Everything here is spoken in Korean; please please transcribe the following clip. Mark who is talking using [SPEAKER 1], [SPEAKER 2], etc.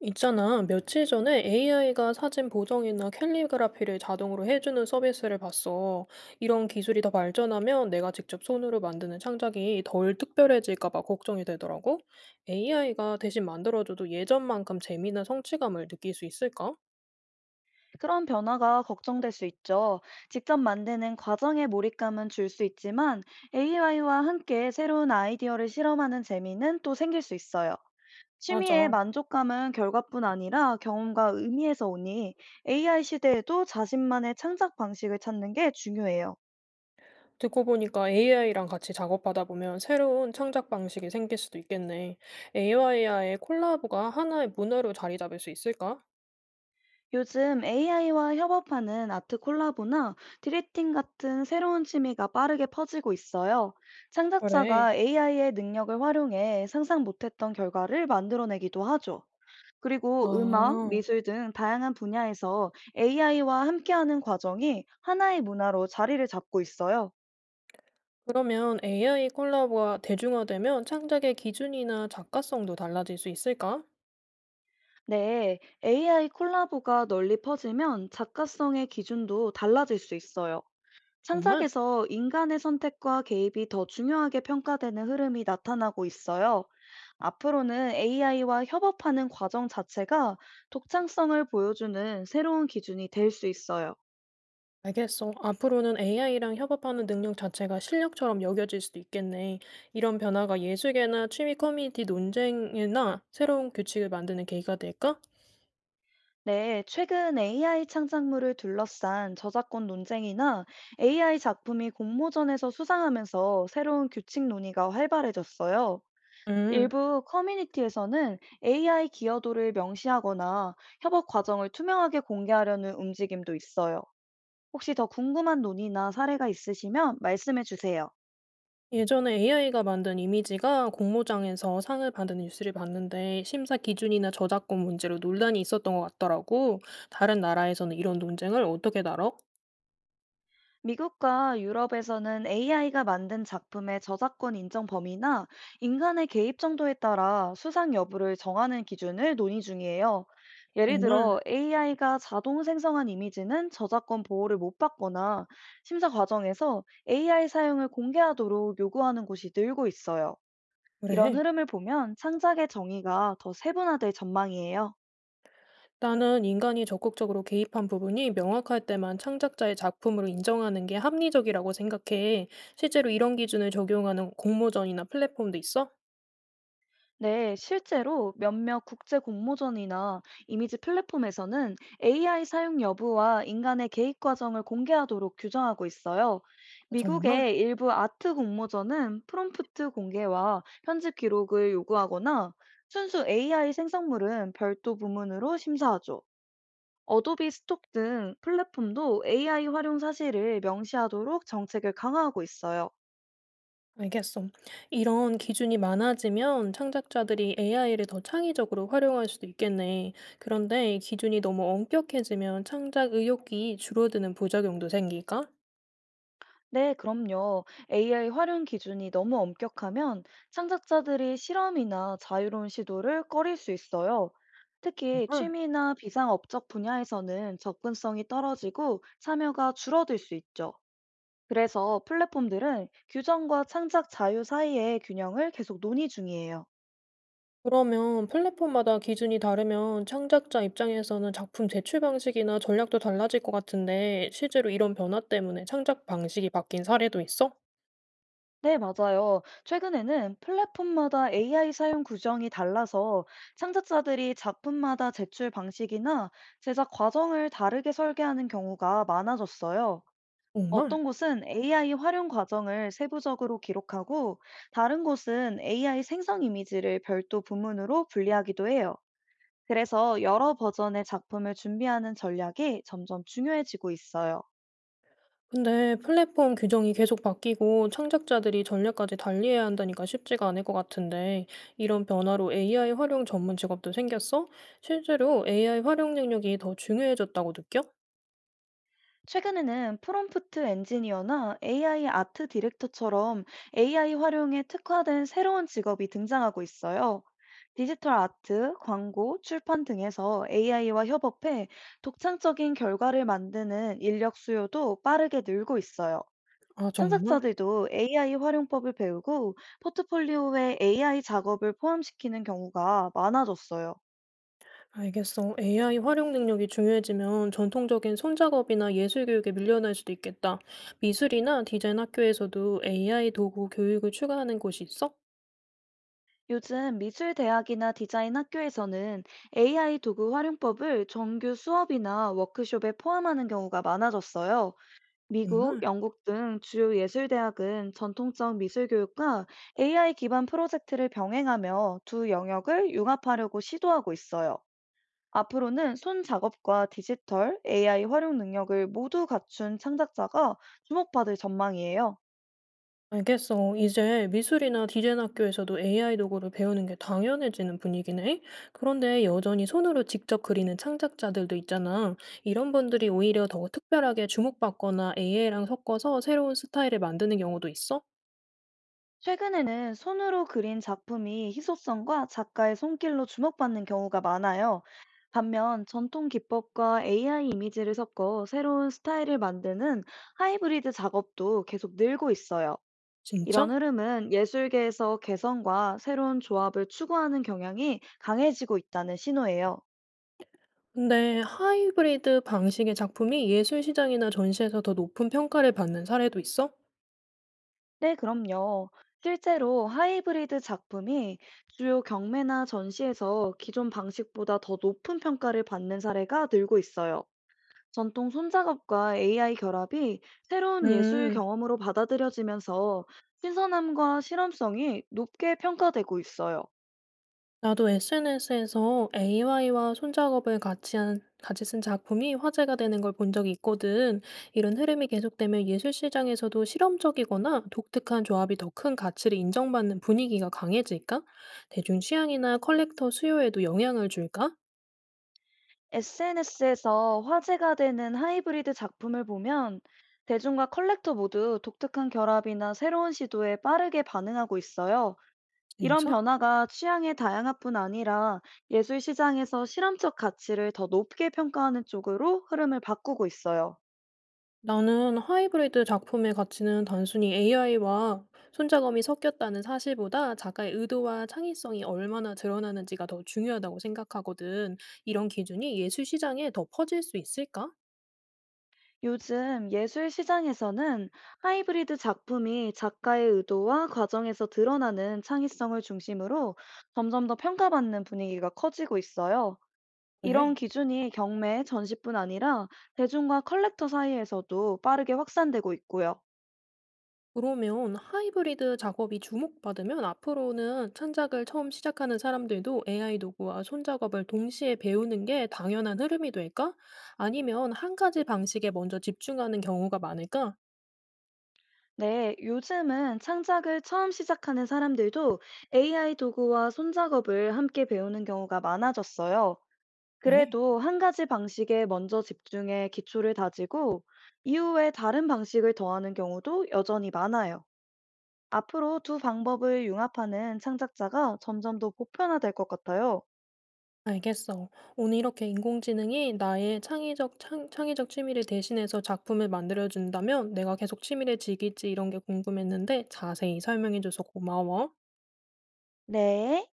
[SPEAKER 1] 있잖아, 며칠 전에 AI가 사진 보정이나 캘리그라피를 자동으로 해주는 서비스를 봤어. 이런 기술이 더 발전하면 내가 직접 손으로 만드는 창작이 덜 특별해질까 봐 걱정이 되더라고. AI가 대신 만들어줘도 예전만큼 재미나 성취감을 느낄 수 있을까?
[SPEAKER 2] 그런 변화가 걱정될 수 있죠. 직접 만드는 과정의 몰입감은 줄 수 있지만 AI와 함께 새로운 아이디어를 실험하는 재미는 또 생길 수 있어요. 취미의
[SPEAKER 1] 맞아.
[SPEAKER 2] 만족감은 결과뿐 아니라 경험과 의미에서 오니 AI 시대에도 자신만의 창작 방식을 찾는 게 중요해요.
[SPEAKER 1] 듣고 보니까 AI랑 같이 작업하다 보면 새로운 창작 방식이 생길 수도 있겠네. AI와의 콜라보가 하나의 문화로 자리 잡을 수 있을까?
[SPEAKER 2] 요즘 AI와 협업하는 아트 콜라보나 디렉팅 같은 새로운 취미가 빠르게 퍼지고 있어요.
[SPEAKER 1] 그래.
[SPEAKER 2] 창작자가 AI의 능력을 활용해 상상 못했던 결과를 만들어내기도 하죠. 그리고 음악,
[SPEAKER 1] 아.
[SPEAKER 2] 미술 등 다양한 분야에서 AI와 함께하는 과정이 하나의 문화로 자리를 잡고 있어요.
[SPEAKER 1] 그러면 AI 콜라보가 대중화되면 창작의 기준이나 작가성도 달라질 수 있을까?
[SPEAKER 2] 네, AI 콜라보가 널리 퍼지면 작가성의 기준도 달라질 수 있어요.
[SPEAKER 1] 정말?
[SPEAKER 2] 창작에서 인간의 선택과 개입이 더 중요하게 평가되는 흐름이 나타나고 있어요. 앞으로는 AI와 협업하는 과정 자체가 독창성을 보여주는 새로운 기준이 될 수 있어요.
[SPEAKER 1] 알겠어. 앞으로는 AI랑 협업하는 능력 자체가 실력처럼 여겨질 수도 있겠네. 이런 변화가 예술계나 취미 커뮤니티 논쟁이나 새로운 규칙을 만드는 계기가 될까?
[SPEAKER 2] 네, 최근 AI 창작물을 둘러싼 저작권 논쟁이나 AI 작품이 공모전에서 수상하면서 새로운 규칙 논의가 활발해졌어요.
[SPEAKER 1] 음.
[SPEAKER 2] 일부 커뮤니티에서는 AI 기여도를 명시하거나 협업 과정을 투명하게 공개하려는 움직임도 있어요. 혹시 더 궁금한 논의나 사례가 있으시면 말씀해 주세요.
[SPEAKER 1] 예전에 AI가 만든 이미지가 공모장에서 상을 받은 뉴스를 봤는데 심사 기준이나 저작권 문제로 논란이 있었던 것 같더라고. 다른 나라에서는 이런 논쟁을 어떻게 다뤄?
[SPEAKER 2] 미국과 유럽에서는 AI가 만든 작품의 저작권 인정 범위나 인간의 개입 정도에 따라 수상 여부를 정하는 기준을 논의 중이에요. 예를
[SPEAKER 1] 정말?
[SPEAKER 2] 들어 AI가 자동 생성한 이미지는 저작권 보호를 못 받거나 심사 과정에서 AI 사용을 공개하도록 요구하는 곳이 늘고 있어요. 이런
[SPEAKER 1] 그래.
[SPEAKER 2] 흐름을 보면 창작의 정의가 더 세분화될 전망이에요.
[SPEAKER 1] 나는 인간이 적극적으로 개입한 부분이 명확할 때만 창작자의 작품으로 인정하는 게 합리적이라고 생각해. 실제로 이런 기준을 적용하는 공모전이나 플랫폼도 있어?
[SPEAKER 2] 네, 실제로 몇몇 국제 공모전이나 이미지 플랫폼에서는 AI 사용 여부와 인간의 개입 과정을 공개하도록 규정하고 있어요.
[SPEAKER 1] 아, 정말?
[SPEAKER 2] 미국의 일부 아트 공모전은 프롬프트 공개와 편집 기록을 요구하거나 순수 AI 생성물은 별도 부문으로 심사하죠. 어도비 스톡 등 플랫폼도 AI 활용 사실을 명시하도록 정책을 강화하고 있어요.
[SPEAKER 1] 알겠어. 이런 기준이 많아지면 창작자들이 AI를 더 창의적으로 활용할 수도 있겠네. 그런데 기준이 너무 엄격해지면 창작 의욕이 줄어드는 부작용도 생길까?
[SPEAKER 2] 네, 그럼요. AI 활용 기준이 너무 엄격하면 창작자들이 실험이나 자유로운 시도를 꺼릴 수 있어요. 특히
[SPEAKER 1] 정말?
[SPEAKER 2] 취미나 비상업적 분야에서는 접근성이 떨어지고 참여가 줄어들 수 있죠. 그래서 플랫폼들은 규정과 창작 자유 사이의 균형을 계속 논의 중이에요.
[SPEAKER 1] 그러면 플랫폼마다 기준이 다르면 창작자 입장에서는 작품 제출 방식이나 전략도 달라질 것 같은데 실제로 이런 변화 때문에 창작 방식이 바뀐 사례도 있어?
[SPEAKER 2] 네, 맞아요. 최근에는 플랫폼마다 AI 사용 규정이 달라서 창작자들이 작품마다 제출 방식이나 제작 과정을 다르게 설계하는 경우가 많아졌어요.
[SPEAKER 1] 정말?
[SPEAKER 2] 어떤 곳은 AI 활용 과정을 세부적으로 기록하고 다른 곳은 AI 생성 이미지를 별도 부문으로 분리하기도 해요. 그래서 여러 버전의 작품을 준비하는 전략이 점점 중요해지고 있어요.
[SPEAKER 1] 근데 플랫폼 규정이 계속 바뀌고 창작자들이 전략까지 달리해야 한다니까 쉽지가 않을 것 같은데 이런 변화로 AI 활용 전문 직업도 생겼어? 실제로 AI 활용 능력이 더 중요해졌다고 느껴?
[SPEAKER 2] 최근에는 프롬프트 엔지니어나 AI 아트 디렉터처럼 AI 활용에 특화된 새로운 직업이 등장하고 있어요. 디지털 아트, 광고, 출판 등에서 AI와 협업해 독창적인 결과를 만드는 인력 수요도 빠르게 늘고 있어요.
[SPEAKER 1] 아, 정말?
[SPEAKER 2] 창작자들도 AI 활용법을 배우고 포트폴리오에 AI 작업을 포함시키는 경우가 많아졌어요.
[SPEAKER 1] 알겠어. AI 활용 능력이 중요해지면 전통적인 손작업이나 예술 교육에 밀려날 수도 있겠다. 미술이나 디자인 학교에서도 AI 도구 교육을 추가하는 곳이 있어?
[SPEAKER 2] 요즘 미술대학이나 디자인 학교에서는 AI 도구 활용법을 정규 수업이나 워크숍에 포함하는 경우가 많아졌어요. 미국,
[SPEAKER 1] 정말?
[SPEAKER 2] 영국 등 주요 예술대학은 전통적 미술 교육과 AI 기반 프로젝트를 병행하며 두 영역을 융합하려고 시도하고 있어요. 앞으로는 손 작업과 디지털, AI 활용 능력을 모두 갖춘 창작자가 주목받을 전망이에요.
[SPEAKER 1] 알겠어. 이제 미술이나 디자인 학교에서도 AI 도구를 배우는 게 당연해지는 분위기네. 그런데 여전히 손으로 직접 그리는 창작자들도 있잖아. 이런 분들이 오히려 더 특별하게 주목받거나 AI랑 섞어서 새로운 스타일을 만드는 경우도 있어?
[SPEAKER 2] 최근에는 손으로 그린 작품이 희소성과 작가의 손길로 주목받는 경우가 많아요. 반면 전통 기법과 AI 이미지를 섞어 새로운 스타일을 만드는 하이브리드 작업도 계속 늘고 있어요. 이런
[SPEAKER 1] 진짜?
[SPEAKER 2] 흐름은 예술계에서 개성과 새로운 조합을 추구하는 경향이 강해지고 있다는 신호예요.
[SPEAKER 1] 근데 하이브리드 방식의 작품이 예술 시장이나 전시에서 더 높은 평가를 받는 사례도 있어?
[SPEAKER 2] 네, 그럼요. 실제로 하이브리드 작품이 주요 경매나 전시에서 기존 방식보다 더 높은 평가를 받는 사례가 늘고 있어요. 전통 손작업과 AI 결합이 새로운 예술
[SPEAKER 1] 음,
[SPEAKER 2] 경험으로 받아들여지면서 신선함과 실험성이 높게 평가되고 있어요.
[SPEAKER 1] 나도 SNS에서 AI와 손작업을 같이 쓴 작품이 화제가 되는 걸 본 적이 있거든. 이런 흐름이 계속되면 예술 시장에서도 실험적이거나 독특한 조합이 더 큰 가치를 인정받는 분위기가 강해질까? 대중 취향이나 컬렉터 수요에도 영향을 줄까?
[SPEAKER 2] SNS에서 화제가 되는 하이브리드 작품을 보면 대중과 컬렉터 모두 독특한 결합이나 새로운 시도에 빠르게 반응하고 있어요. 이런
[SPEAKER 1] 진짜?
[SPEAKER 2] 변화가 취향의 다양화뿐 아니라 예술 시장에서 실험적 가치를 더 높게 평가하는 쪽으로 흐름을 바꾸고 있어요.
[SPEAKER 1] 나는 하이브리드 작품의 가치는 단순히 AI와 손작업이 섞였다는 사실보다 작가의 의도와 창의성이 얼마나 드러나는지가 더 중요하다고 생각하거든. 이런 기준이 예술 시장에 더 퍼질 수 있을까?
[SPEAKER 2] 요즘 예술 시장에서는 하이브리드 작품이 작가의 의도와 과정에서 드러나는 창의성을 중심으로 점점 더 평가받는 분위기가 커지고 있어요.
[SPEAKER 1] 네.
[SPEAKER 2] 이런 기준이 경매, 전시뿐 아니라 대중과 컬렉터 사이에서도 빠르게 확산되고 있고요.
[SPEAKER 1] 그러면 하이브리드 작업이 주목받으면 앞으로는 창작을 처음 시작하는 사람들도 AI 도구와 손작업을 동시에 배우는 게 당연한 흐름이 될까? 아니면 한 가지 방식에 먼저 집중하는 경우가 많을까?
[SPEAKER 2] 네, 요즘은 창작을 처음 시작하는 사람들도 AI 도구와 손작업을 함께 배우는 경우가 많아졌어요.
[SPEAKER 1] 네.
[SPEAKER 2] 그래도 한 가지 방식에 먼저 집중해 기초를 다지고 이후에 다른 방식을 더하는 경우도 여전히 많아요. 앞으로 두 방법을 융합하는 창작자가 점점 더 보편화될 것 같아요.
[SPEAKER 1] 알겠어. 오늘 이렇게 인공지능이 나의 창의적 취미를 대신해서 작품을 만들어준다면 내가 계속 취미를 즐길지 이런 게 궁금했는데 자세히 설명해줘서 고마워.
[SPEAKER 2] 네.